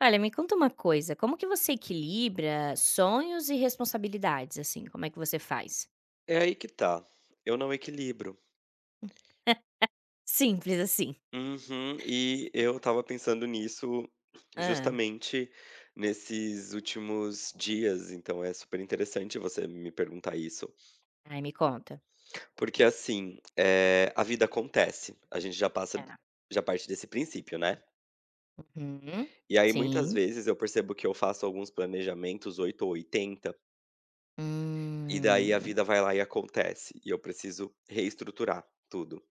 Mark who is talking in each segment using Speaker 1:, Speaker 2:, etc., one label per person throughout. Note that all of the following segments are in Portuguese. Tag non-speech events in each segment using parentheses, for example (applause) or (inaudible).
Speaker 1: Olha, me conta uma coisa, como que você equilibra sonhos e responsabilidades, assim? Como é que você faz?
Speaker 2: É aí que tá, eu não equilibro.
Speaker 1: (laughs) Simples assim.
Speaker 2: Uhum. E eu estava pensando nisso
Speaker 1: Ah,
Speaker 2: justamente nesses últimos dias, então é super interessante você me perguntar isso.
Speaker 1: Ai, me conta.
Speaker 2: Porque assim, a vida acontece, a gente
Speaker 1: É.
Speaker 2: já parte desse princípio, né.
Speaker 1: Uhum.
Speaker 2: E aí muitas
Speaker 1: Sim.
Speaker 2: vezes eu percebo que eu faço alguns planejamentos 8 ou 80 e daí a
Speaker 1: Hum,
Speaker 2: vida vai lá e acontece, e eu preciso reestruturar tudo.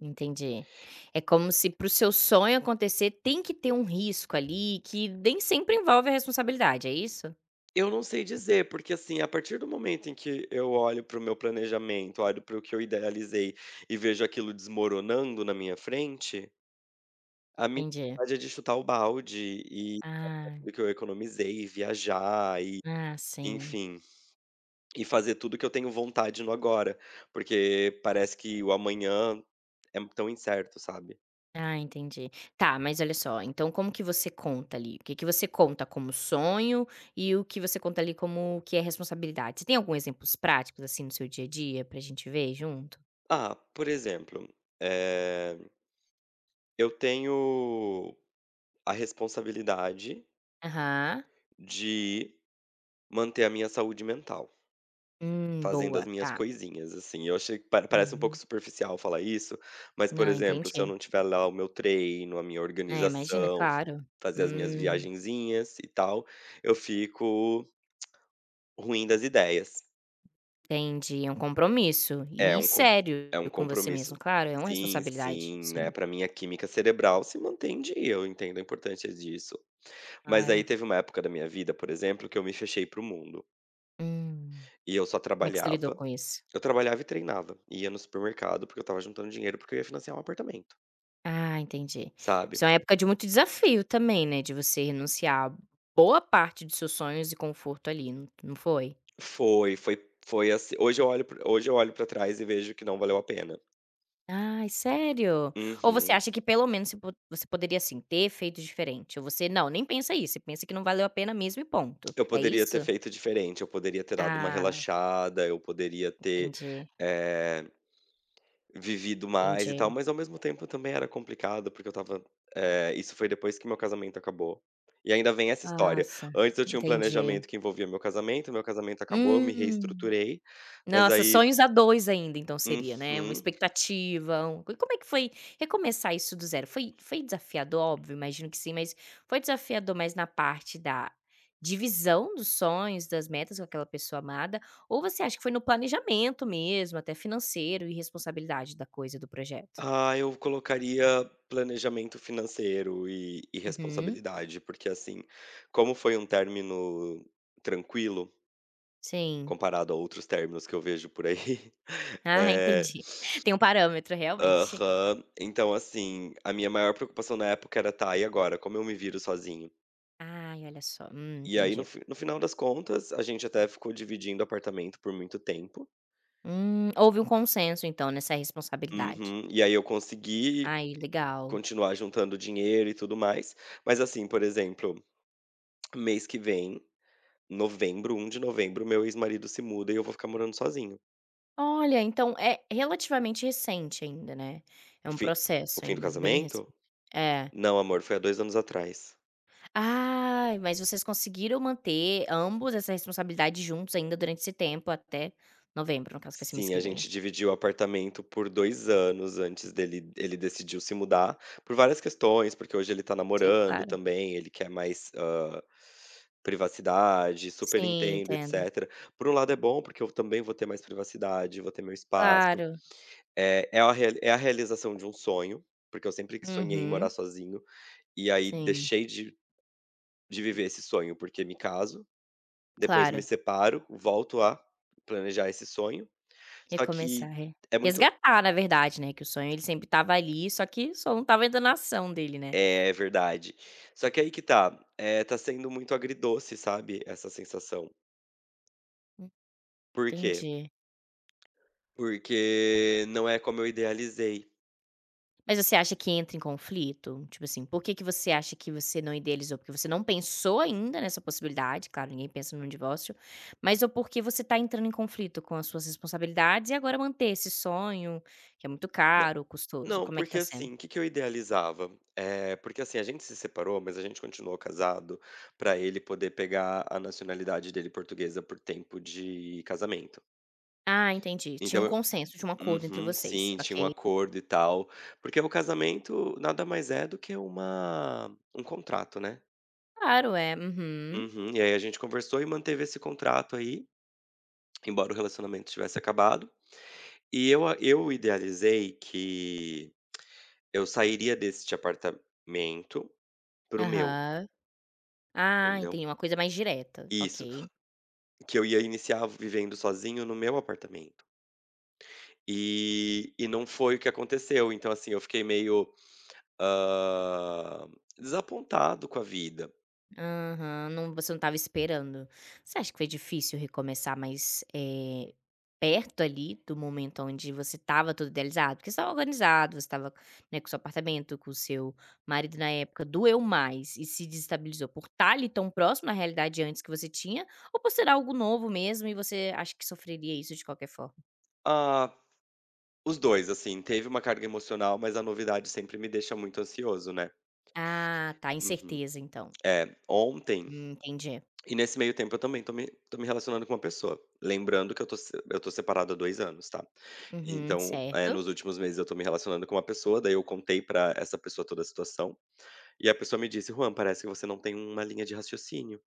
Speaker 1: entendi. É como se para o seu sonho acontecer tem que ter um risco ali que nem sempre envolve a responsabilidade, é isso?
Speaker 2: Eu não sei dizer, porque assim, a partir do momento em que eu olho para o meu planejamento, olho para o que eu idealizei e vejo aquilo desmoronando na minha frente, a minha
Speaker 1: Entendi.
Speaker 2: vontade é de chutar o balde e
Speaker 1: Ah,
Speaker 2: tudo que eu economizei, viajar e
Speaker 1: ah, sim.
Speaker 2: enfim, e fazer tudo que eu tenho vontade no agora, porque parece que o amanhã é tão incerto, sabe?
Speaker 1: Ah, entendi. Tá, mas olha só, então como que você conta ali? O que que você conta como sonho e o que você conta ali como o que é responsabilidade? Você tem algum exemplos práticos, assim, no seu dia a dia pra gente ver junto?
Speaker 2: Ah, por exemplo, eh, eu tenho a responsabilidade
Speaker 1: Aham.
Speaker 2: de manter a minha saúde mental. Fazendo
Speaker 1: Boa,
Speaker 2: as minhas
Speaker 1: tá.
Speaker 2: coisinhas, assim. Eu achei que pa parece um pouco
Speaker 1: Uhum.
Speaker 2: superficial falar isso, mas, por
Speaker 1: Não,
Speaker 2: exemplo, se eu
Speaker 1: entendi.
Speaker 2: não tiver lá o meu treino, a minha
Speaker 1: É, imagina,
Speaker 2: organização,
Speaker 1: claro.
Speaker 2: fazer as minhas
Speaker 1: Hum,
Speaker 2: viagenzinhas e tal, eu fico ruim das ideias.
Speaker 1: entendi. É um compromisso
Speaker 2: É
Speaker 1: e
Speaker 2: um com
Speaker 1: sério
Speaker 2: É um
Speaker 1: com você
Speaker 2: compromisso
Speaker 1: mesmo, claro, é uma
Speaker 2: sim,
Speaker 1: responsabilidade.
Speaker 2: sim, né,
Speaker 1: Sim,
Speaker 2: pra mim a química cerebral se mantém em dia, eu entendo a importância disso. Mas aí
Speaker 1: claro.
Speaker 2: teve uma época da minha vida, por exemplo, que eu me fechei para o mundo,
Speaker 1: Hum.
Speaker 2: e
Speaker 1: Como é que você lidou com isso?
Speaker 2: eu trabalhava e treinava, ia no supermercado, porque eu estava juntando dinheiro, porque eu ia financiar um apartamento.
Speaker 1: Ah, entendi.
Speaker 2: Sabe.
Speaker 1: Isso é uma época de muito desafio também, né, de você renunciar a boa parte dos seus sonhos e conforto ali, não foi?
Speaker 2: Foi, foi Foi assim, hoje eu olho para trás e vejo que não valeu a pena.
Speaker 1: Ai, sério? Ou você
Speaker 2: Uhum.
Speaker 1: acha que pelo menos você poderia, assim, ter feito diferente? Ou você não, nem pensa isso, você pensa que não valeu a pena mesmo e ponto,
Speaker 2: Eu
Speaker 1: é
Speaker 2: poderia ter
Speaker 1: isso?
Speaker 2: feito diferente, eu poderia ter dado uma
Speaker 1: Ah,
Speaker 2: relaxada, eu poderia ter,
Speaker 1: entendi,
Speaker 2: eh, vivido mais e tal,
Speaker 1: entendi.
Speaker 2: mas ao mesmo tempo também era complicado, porque eu estava isso foi depois que meu casamento acabou. E ainda vem essa história.
Speaker 1: Nossa,
Speaker 2: Antes eu tinha um
Speaker 1: entendi.
Speaker 2: planejamento que envolvia meu casamento acabou, eu me
Speaker 1: Hum.
Speaker 2: reestruturei, mas
Speaker 1: Nossa,
Speaker 2: aí
Speaker 1: sonhos a 2 ainda então seria, né, uma
Speaker 2: uhum.
Speaker 1: expectativa, um e como é que foi recomeçar isso do zero? Foi desafiador? Óbvio, imagino que sim, mas foi desafiador mais na parte da divisão dos sonhos, das metas com aquela pessoa amada, ou você acha que foi no planejamento mesmo, até financeiro e responsabilidade da coisa, do projeto?
Speaker 2: Ah, eu colocaria planejamento financeiro e
Speaker 1: Uhum,
Speaker 2: responsabilidade, porque, assim, como foi um término tranquilo,
Speaker 1: sim.
Speaker 2: comparado a outros términos que eu vejo por aí (laughs)
Speaker 1: Ah,
Speaker 2: é.
Speaker 1: entendi. (laughs) Tem um parâmetro realmente.
Speaker 2: Aham. Então, assim, a minha maior preocupação na época era: "Tá, e agora? Como eu me viro sozinho?".
Speaker 1: Ai, olha só,
Speaker 2: E aí,
Speaker 1: entendi.
Speaker 2: no final das contas, a gente até ficou dividindo apartamento por muito tempo.
Speaker 1: Houve um consenso então nessa responsabilidade.
Speaker 2: Uhum. E aí eu consegui
Speaker 1: Ai, legal.
Speaker 2: continuar juntando dinheiro e tudo mais. Mas, assim, por exemplo, mês que vem, novembro, 1º de novembro, meu ex-marido se muda e eu vou ficar morando sozinho.
Speaker 1: Olha, então é relativamente recente ainda, né. É
Speaker 2: O
Speaker 1: um
Speaker 2: fim o
Speaker 1: processo
Speaker 2: fim do
Speaker 1: ainda bem recente.
Speaker 2: casamento?
Speaker 1: É.
Speaker 2: Não, amor, foi há 2 anos atrás.
Speaker 1: Ai, mas vocês conseguiram manter ambos essa responsabilidade juntos ainda durante esse tempo até novembro, no caso que vai ser mês
Speaker 2: Sim,
Speaker 1: que
Speaker 2: a
Speaker 1: vem.
Speaker 2: gente dividiu o apartamento por 2 anos antes dele ele decidiu se mudar, por várias questões, porque hoje ele tá
Speaker 1: Sim,
Speaker 2: namorando
Speaker 1: claro.
Speaker 2: também, ele quer mais, privacidade, super
Speaker 1: Sim,
Speaker 2: entendo,
Speaker 1: entendo.
Speaker 2: etcétera. Por um lado é bom, porque eu também vou ter mais privacidade, vou ter meu espaço.
Speaker 1: Claro.
Speaker 2: É a reali é a realização de um sonho, porque eu sempre que sonhei em morar
Speaker 1: Uhum.
Speaker 2: sozinho, e aí
Speaker 1: Sim,
Speaker 2: deixei de viver esse sonho, porque me caso, depois me
Speaker 1: claro.
Speaker 2: separo, volto a planejar esse sonho, só
Speaker 1: Recomeçar,
Speaker 2: que
Speaker 1: re
Speaker 2: é muito
Speaker 1: Resgatar na verdade, né, que o sonho ele sempre estava ali, só que só não estava ainda na ação dele, né.
Speaker 2: é verdade. Só que aí que tá, tá sendo muito agridoce, sabe, essa sensação.
Speaker 1: Hum,
Speaker 2: Por quê?
Speaker 1: Entendi.
Speaker 2: Porque não é como eu idealizei.
Speaker 1: Mas você acha que entra em conflito? Tipo assim, por que que você acha que você não idealizou? Porque você não pensou ainda nessa possibilidade, claro, ninguém pensa num divórcio, mas ou porque você tá entrando em conflito com as suas responsabilidades e agora manter esse sonho, que é muito
Speaker 2: Nã
Speaker 1: caro, custoso.
Speaker 2: não,
Speaker 1: Como é que
Speaker 2: porque
Speaker 1: tá sendo?
Speaker 2: assim, o que que eu idealizava? É porque assim, a gente se separou, mas a gente continuou casado pra ele poder pegar a nacionalidade dele portuguesa por tempo de casamento.
Speaker 1: Ah, entendi. Tinha um
Speaker 2: Então.
Speaker 1: consenso, tinha um acordo entre
Speaker 2: Uhum,
Speaker 1: vocês.
Speaker 2: sim, tinha um
Speaker 1: Ok.
Speaker 2: acordo e tal. Porque o casamento nada mais é do que uma um contrato, né.
Speaker 1: Claro, é. Uhum.
Speaker 2: Uhum. E aí a gente conversou e manteve esse contrato aí, embora o relacionamento tivesse acabado. E eu idealizei que eu sairia deste apartamento pro meu,
Speaker 1: Aham. Ah,
Speaker 2: entendeu.
Speaker 1: entendi. Uma coisa mais direta.
Speaker 2: Isso.
Speaker 1: Ok.
Speaker 2: Que eu ia iniciar vivendo sozinho no meu apartamento. E não foi o que aconteceu, então, assim, eu fiquei meio Hã, desapontado com a vida.
Speaker 1: Aham, não você não estava esperando. Você acha que foi difícil recomeçar mais, perto ali do momento onde você estava todo idealizado? Porque você estava organizado, você estava, né, com o seu apartamento, com o seu marido na época. Doeu mais e se desestabilizou por estar ali tão próximo à realidade antes que você tinha, ou por ser algo novo mesmo e você acha que sofreria isso de qualquer forma?
Speaker 2: Ah, os dois assim, teve uma carga emocional, mas a novidade sempre me deixa muito ansioso, né.
Speaker 1: Ah, tá,
Speaker 2: Uhum.
Speaker 1: incerteza então.
Speaker 2: É, ontem
Speaker 1: Entendi.
Speaker 2: e nesse meio tempo eu também tô me relacionando com uma pessoa. Lembrando que eu tô se eu tô separado há 2 anos, tá.
Speaker 1: Uhum,
Speaker 2: Então,
Speaker 1: certo.
Speaker 2: nos últimos meses eu tô me relacionando com uma pessoa, daí eu contei pra essa pessoa toda a situação, e a pessoa me disse: "Juan, parece que você não tem uma linha de raciocínio".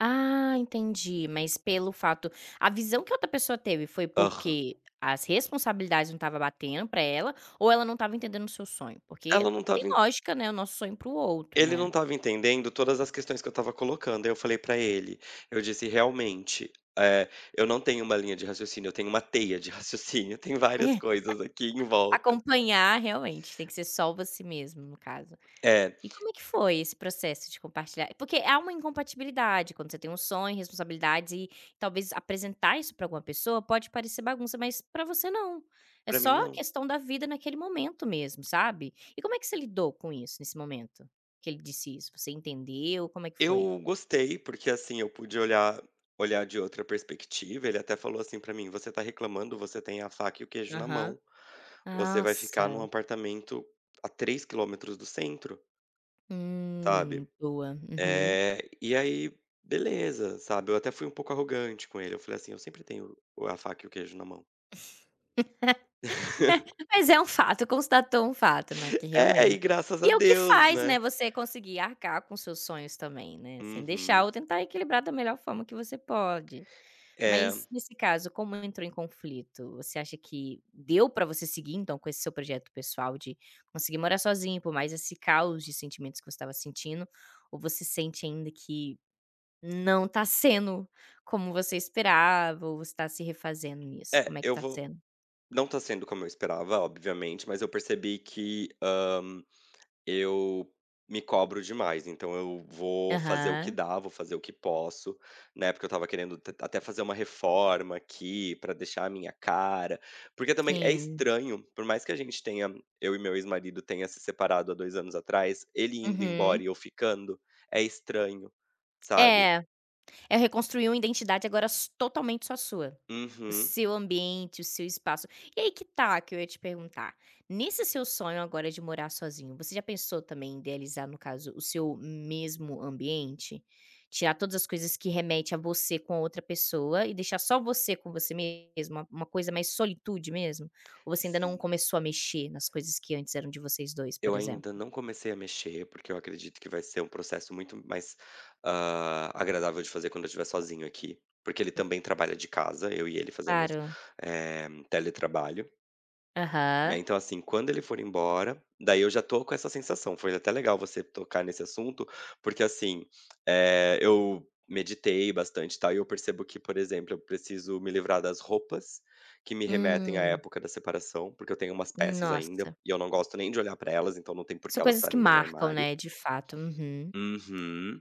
Speaker 1: Ah, entendi, mas pelo fato a visão que outra pessoa teve foi
Speaker 2: Aham.
Speaker 1: porque as responsabilidades não estava batendo pra ela, ou ela não estava entendendo o seu sonho? Porque
Speaker 2: Ela não
Speaker 1: tem
Speaker 2: estava
Speaker 1: lógica, né, o nosso sonho para o outro,
Speaker 2: Ele não
Speaker 1: né.
Speaker 2: estava entendendo todas as questões que eu estava colocando, aí eu falei pra ele, eu disse: "Realmente, eh, eu não tenho uma linha de raciocínio, eu tenho uma teia de (laughs) raciocínio, tem várias
Speaker 1: (laughs)
Speaker 2: coisas aqui em volta".
Speaker 1: Acompanhar realmente tem que ser só você mesmo, no caso.
Speaker 2: É,
Speaker 1: E como é que foi esse processo de compartilhar? Porque há uma incompatibilidade quando você tem um sonho, responsabilidades e talvez apresentar isso para alguma pessoa pode parecer bagunça, mas para você não. É
Speaker 2: pra mim
Speaker 1: só a
Speaker 2: não.
Speaker 1: questão da vida naquele momento mesmo, sabe? E como é que você lidou com isso nesse momento que ele disse isso? Você entendeu? Como é que foi?
Speaker 2: Eu gostei, porque assim, eu pude olhar de outra perspectiva, ele até falou assim pra mim: "Você tá reclamando, você tem a faca e o queijo na
Speaker 1: Aham.
Speaker 2: mão, você vai ficar num
Speaker 1: Nossa.
Speaker 2: apartamento a 3 km do centro, sabe".
Speaker 1: Boa. Uhum.
Speaker 2: E aí, beleza, sabe, eu até fui um pouco arrogante com ele, eu falei assim: "Eu sempre tenho o a faca e o queijo na mão". (laughs)
Speaker 1: Mas é um fato, constatou um fato, né, que
Speaker 2: É, e
Speaker 1: realmente
Speaker 2: graças
Speaker 1: e
Speaker 2: a
Speaker 1: é o que
Speaker 2: Deus,
Speaker 1: faz,
Speaker 2: né.
Speaker 1: né, você conseguir arcar com seus sonhos também, né, sem deixar
Speaker 2: Uhum.
Speaker 1: ou tentar equilibrar da melhor forma que você pode.
Speaker 2: É,
Speaker 1: Mas nesse caso, como entrou em conflito, você acha que deu pra você seguir então com esse seu projeto pessoal de conseguir morar sozinho, por mais esse caos de sentimentos que você estava sentindo, ou você sente ainda que não tá sendo como você esperava ou você tá se refazendo nisso? Como é que
Speaker 2: eu
Speaker 1: tá
Speaker 2: vou
Speaker 1: sendo?
Speaker 2: não tá sendo como eu esperava, obviamente, mas eu percebi que, eu me cobro demais, então eu vou fazer o que
Speaker 1: Aham,
Speaker 2: dá, vou fazer o que posso. Na época eu estava querendo até fazer uma reforma aqui pra deixar a minha cara, porque também é
Speaker 1: sim.
Speaker 2: estranho, por mais que a gente tenha, eu e meu ex-marido tenha se separado há 2 anos atrás, ele indo embora
Speaker 1: Uhum.
Speaker 2: e eu ficando, é estranho, sabe?
Speaker 1: É, é reconstruir uma identidade agora s totalmente só sua. O
Speaker 2: Uhum,
Speaker 1: seu ambiente, o seu espaço. E aí que tá, que eu ia te perguntar. Nesse seu sonho agora de morar sozinho, você já pensou também em idealizar, no caso, o seu mesmo ambiente? Tirar todas as coisas que remete a você com a outra pessoa e deixar só você com você mesmo, uma coisa mais solitude mesmo? Ou você ainda não
Speaker 2: sim.
Speaker 1: começou a mexer nas coisas que antes eram de vocês dois, por
Speaker 2: Eu
Speaker 1: exemplo?
Speaker 2: ainda não comecei a mexer, porque eu acredito que vai ser um processo muito mais, ah, agradável de fazer quando eu estiver sozinho aqui, porque ele
Speaker 1: Hum,
Speaker 2: também trabalha de casa, eu e ele fazemos,
Speaker 1: claro.
Speaker 2: teletrabalho. Né,
Speaker 1: Aham.
Speaker 2: então assim, quando ele for embora, daí eu já tô com essa sensação. Foi até legal você tocar nesse assunto, porque assim, eu meditei bastante e tal, e eu percebo que, por exemplo, eu preciso me livrar das roupas que me remetem à
Speaker 1: Hum.
Speaker 2: época da separação, porque eu tenho umas peças ainda
Speaker 1: Nossa,
Speaker 2: e eu não gosto nem de olhar pra elas, então não tem por que
Speaker 1: são
Speaker 2: elas
Speaker 1: coisas que
Speaker 2: estarem no meu
Speaker 1: marcam,
Speaker 2: armário.
Speaker 1: né, de fato. Uhum.
Speaker 2: Uhum.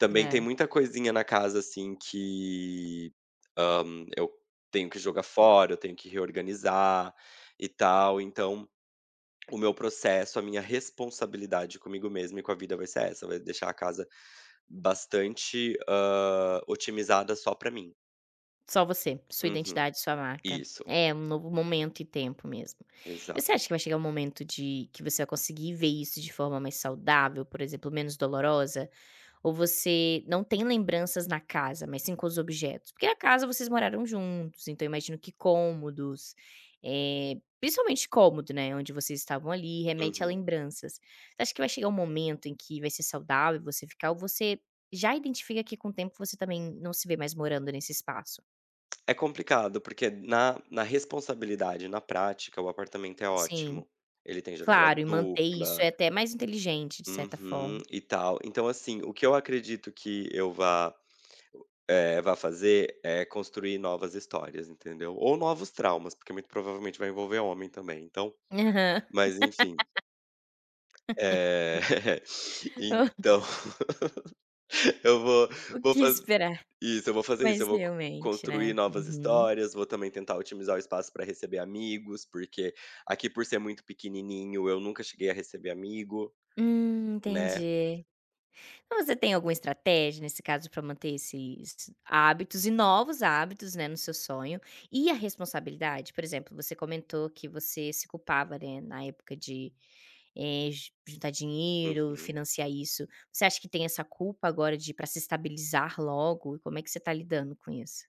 Speaker 2: Também tem
Speaker 1: É,
Speaker 2: muita coisinha na casa assim que, hã, eu tenho que jogar fora, eu tenho que reorganizar e tal, então o meu processo, a minha responsabilidade comigo mesma e com a vida vai ser essa, vai deixar a casa bastante, otimizada só pra mim.
Speaker 1: só você, sua
Speaker 2: Uhum.
Speaker 1: identidade, sua marca.
Speaker 2: Isso,
Speaker 1: É, um novo momento e tempo mesmo. Você
Speaker 2: exato.
Speaker 1: acha que vai chegar um momento de que você vai conseguir ver isso de forma mais saudável, por exemplo, menos dolorosa? Ou você não tem lembranças na casa, mas sim com os objetos? Porque a casa vocês moraram juntos, então eu imagino que cômodos, principalmente cômodo, né, onde vocês estavam ali, remete a
Speaker 2: Uhum.
Speaker 1: lembranças. Você acha que vai chegar um momento em que vai ser saudável você ficar ou você já identifica que com o tempo você também não se vê mais morando nesse espaço?
Speaker 2: É complicado, porque na responsabilidade, na prática, o apartamento é
Speaker 1: Sim,
Speaker 2: ótimo. Ele tem janela
Speaker 1: claro, e manter isso
Speaker 2: dupla,
Speaker 1: é até mais inteligente, de certa
Speaker 2: uhum,
Speaker 1: forma.
Speaker 2: e tal. Então, assim, o que eu acredito que vá fazer é construir novas histórias, entendeu? Ou novos traumas, porque muito provavelmente vai envolver homem também, então
Speaker 1: Aham.
Speaker 2: mas enfim. É. (laughs)
Speaker 1: (laughs)
Speaker 2: Então, (laughs) eu vou
Speaker 1: O
Speaker 2: vou
Speaker 1: que
Speaker 2: fazer
Speaker 1: esperar?
Speaker 2: isso, eu
Speaker 1: Mas
Speaker 2: vou co
Speaker 1: realmente,
Speaker 2: construir
Speaker 1: né.
Speaker 2: novas
Speaker 1: Uhum.
Speaker 2: histórias, vou também tentar otimizar o espaço para receber amigos, porque aqui por ser muito pequenininho, eu nunca cheguei a receber amigo, né.
Speaker 1: Entendi. Então, você tem alguma estratégia nesse caso para manter esses hábitos e novos hábitos, né, no seu sonho e a responsabilidade? Por exemplo, você comentou que você se culpava, né, na época de, eh, ju juntar dinheiro,
Speaker 2: Uhum.
Speaker 1: financiar isso. Você acha que tem essa culpa agora de para se estabilizar logo? E como é que você está lidando com isso?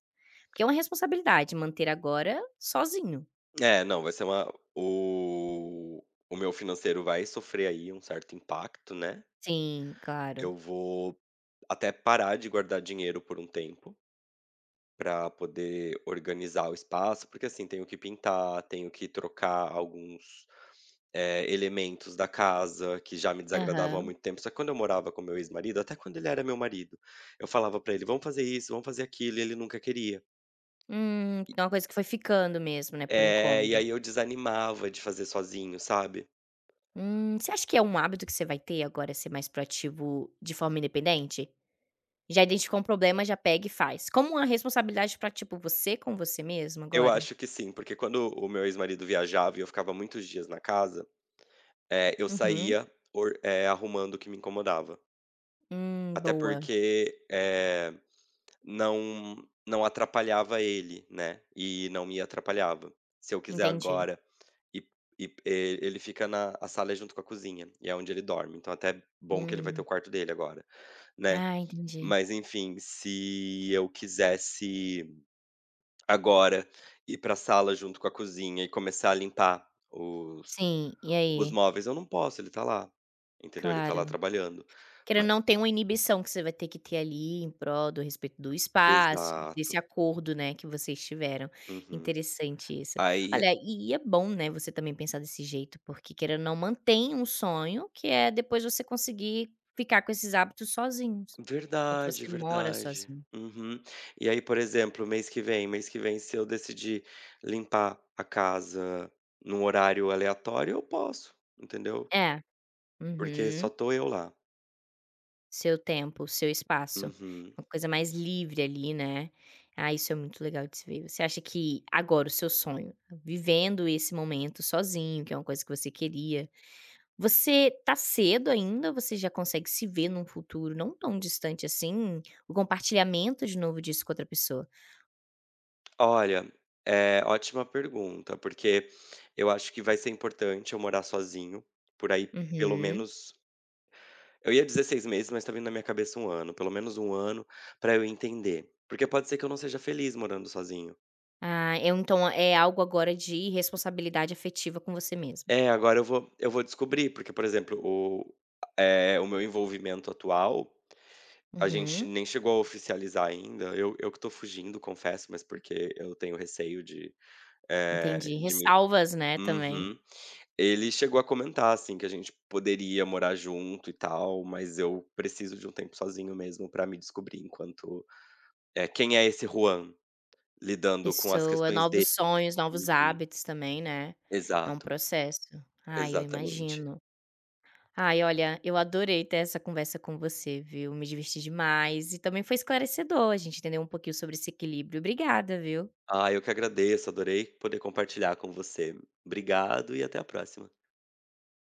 Speaker 1: Porque é uma responsabilidade manter agora sozinho.
Speaker 2: É, não, vai ser uma o o meu financeiro vai sofrer aí um certo impacto, né.
Speaker 1: Sim, claro.
Speaker 2: Eu vou até parar de guardar dinheiro por um tempo, para poder organizar o espaço, porque assim, tenho que pintar, tenho que trocar alguns, elementos da casa que já me desagradavam há
Speaker 1: Aham.
Speaker 2: muito tempo. Só que quando eu morava com meu ex-marido, até quando ele era meu marido, eu falava para ele: "Vamos fazer isso, vamos fazer aquilo", e ele nunca queria.
Speaker 1: Então é uma coisa que foi ficando mesmo, né, por
Speaker 2: E
Speaker 1: incômodo.
Speaker 2: aí eu desanimava de fazer sozinho, sabe.
Speaker 1: Você acha que é um hábito que você vai ter agora ser mais proativo de forma independente? Já identificou um problema, já pega e faz. Como uma responsabilidade pra, tipo, você com você mesmo
Speaker 2: Eu
Speaker 1: agora?
Speaker 2: acho que sim, porque quando o meu ex-marido viajava e eu ficava muitos dias na casa, eu
Speaker 1: Uhum.
Speaker 2: saía or eh, arrumando o que me incomodava. Até
Speaker 1: Boa.
Speaker 2: porque, não não atrapalhava ele, né, e não me atrapalhava. Se eu quiser
Speaker 1: Entendi.
Speaker 2: agora e e ele fica na a sala é junto com a cozinha, e é onde ele dorme, então até é bom que ele vai ter
Speaker 1: Hum.
Speaker 2: o quarto dele agora, né.
Speaker 1: Ah, entendi.
Speaker 2: Mas enfim, se eu quisesse agora ir para a sala junto com a cozinha e começar a limpar
Speaker 1: Sim, e
Speaker 2: os
Speaker 1: aí?
Speaker 2: móveis, eu não posso, ele tá lá, entendeu, ele tá lá
Speaker 1: Claro.
Speaker 2: trabalhando.
Speaker 1: Querendo
Speaker 2: Ma
Speaker 1: ou não, tem uma inibição que você vai ter que ter ali em prol do respeito do espaço, desse
Speaker 2: exato.
Speaker 1: acordo, né, que vocês tiveram.
Speaker 2: Uhum.
Speaker 1: Interessante isso.
Speaker 2: Aí
Speaker 1: Olha, e é bom, né, você também pensar desse jeito, porque querendo ou não, mantém um sonho, que é depois você conseguir ficar com esses hábitos sozinhos, enquanto
Speaker 2: Verdade,
Speaker 1: você mora
Speaker 2: verdade.
Speaker 1: sozinho.
Speaker 2: Uhum. E aí, por exemplo, mês que vem, se eu decidir limpar a casa num horário aleatório, eu posso, entendeu?
Speaker 1: É.
Speaker 2: Porque só
Speaker 1: Uhum.
Speaker 2: tô eu lá.
Speaker 1: Seu tempo, seu espaço.
Speaker 2: Uhum.
Speaker 1: Uma coisa mais livre ali, né. Ah, isso é muito legal de se ver. Você acha que agora o seu sonho, vivendo esse momento sozinho, que é uma coisa que você queria, você tá cedo ainda ou você já consegue se ver num futuro não tão distante assim, o compartilhamento de novo disso com outra pessoa?
Speaker 2: Olha, é ótima pergunta, porque eu acho que vai ser importante eu morar sozinho, por aí pelo
Speaker 1: Uhum.
Speaker 2: menos. Eu ia dizer 6 meses, mas tá vindo na minha cabeça um ano, pelo menos um ano, pra eu entender. Porque pode ser que eu não seja feliz morando sozinho.
Speaker 1: Ah, eu então é algo agora de responsabilidade afetiva com você mesmo.
Speaker 2: É, agora eu vou descobrir, porque, por exemplo, o meu envolvimento atual, a gente
Speaker 1: Uhum,
Speaker 2: nem chegou a oficializar ainda. Eu que tô fugindo, confesso, mas porque eu tenho receio de,
Speaker 1: entendi.
Speaker 2: de me
Speaker 1: Ressalvas, né, também.
Speaker 2: uhum. Ele chegou a comentar, assim, que a gente poderia morar junto e tal, mas eu preciso de um tempo sozinho mesmo pra me descobrir enquanto é quem é esse Juan lidando com as
Speaker 1: Pessoa,
Speaker 2: questões dele.
Speaker 1: novos sonhos, novos
Speaker 2: Uhum.
Speaker 1: hábitos também, né, é um
Speaker 2: Exato,
Speaker 1: processo. Ai, eu
Speaker 2: exatamente.
Speaker 1: imagino. Ai, olha, eu adorei ter essa conversa com você, viu, me diverti demais e também foi esclarecedor, a gente entender um pouquinho sobre esse equilíbrio. Obrigada, viu.
Speaker 2: Ah, eu que agradeço, adorei poder compartilhar com você. Obrigado e até a próxima.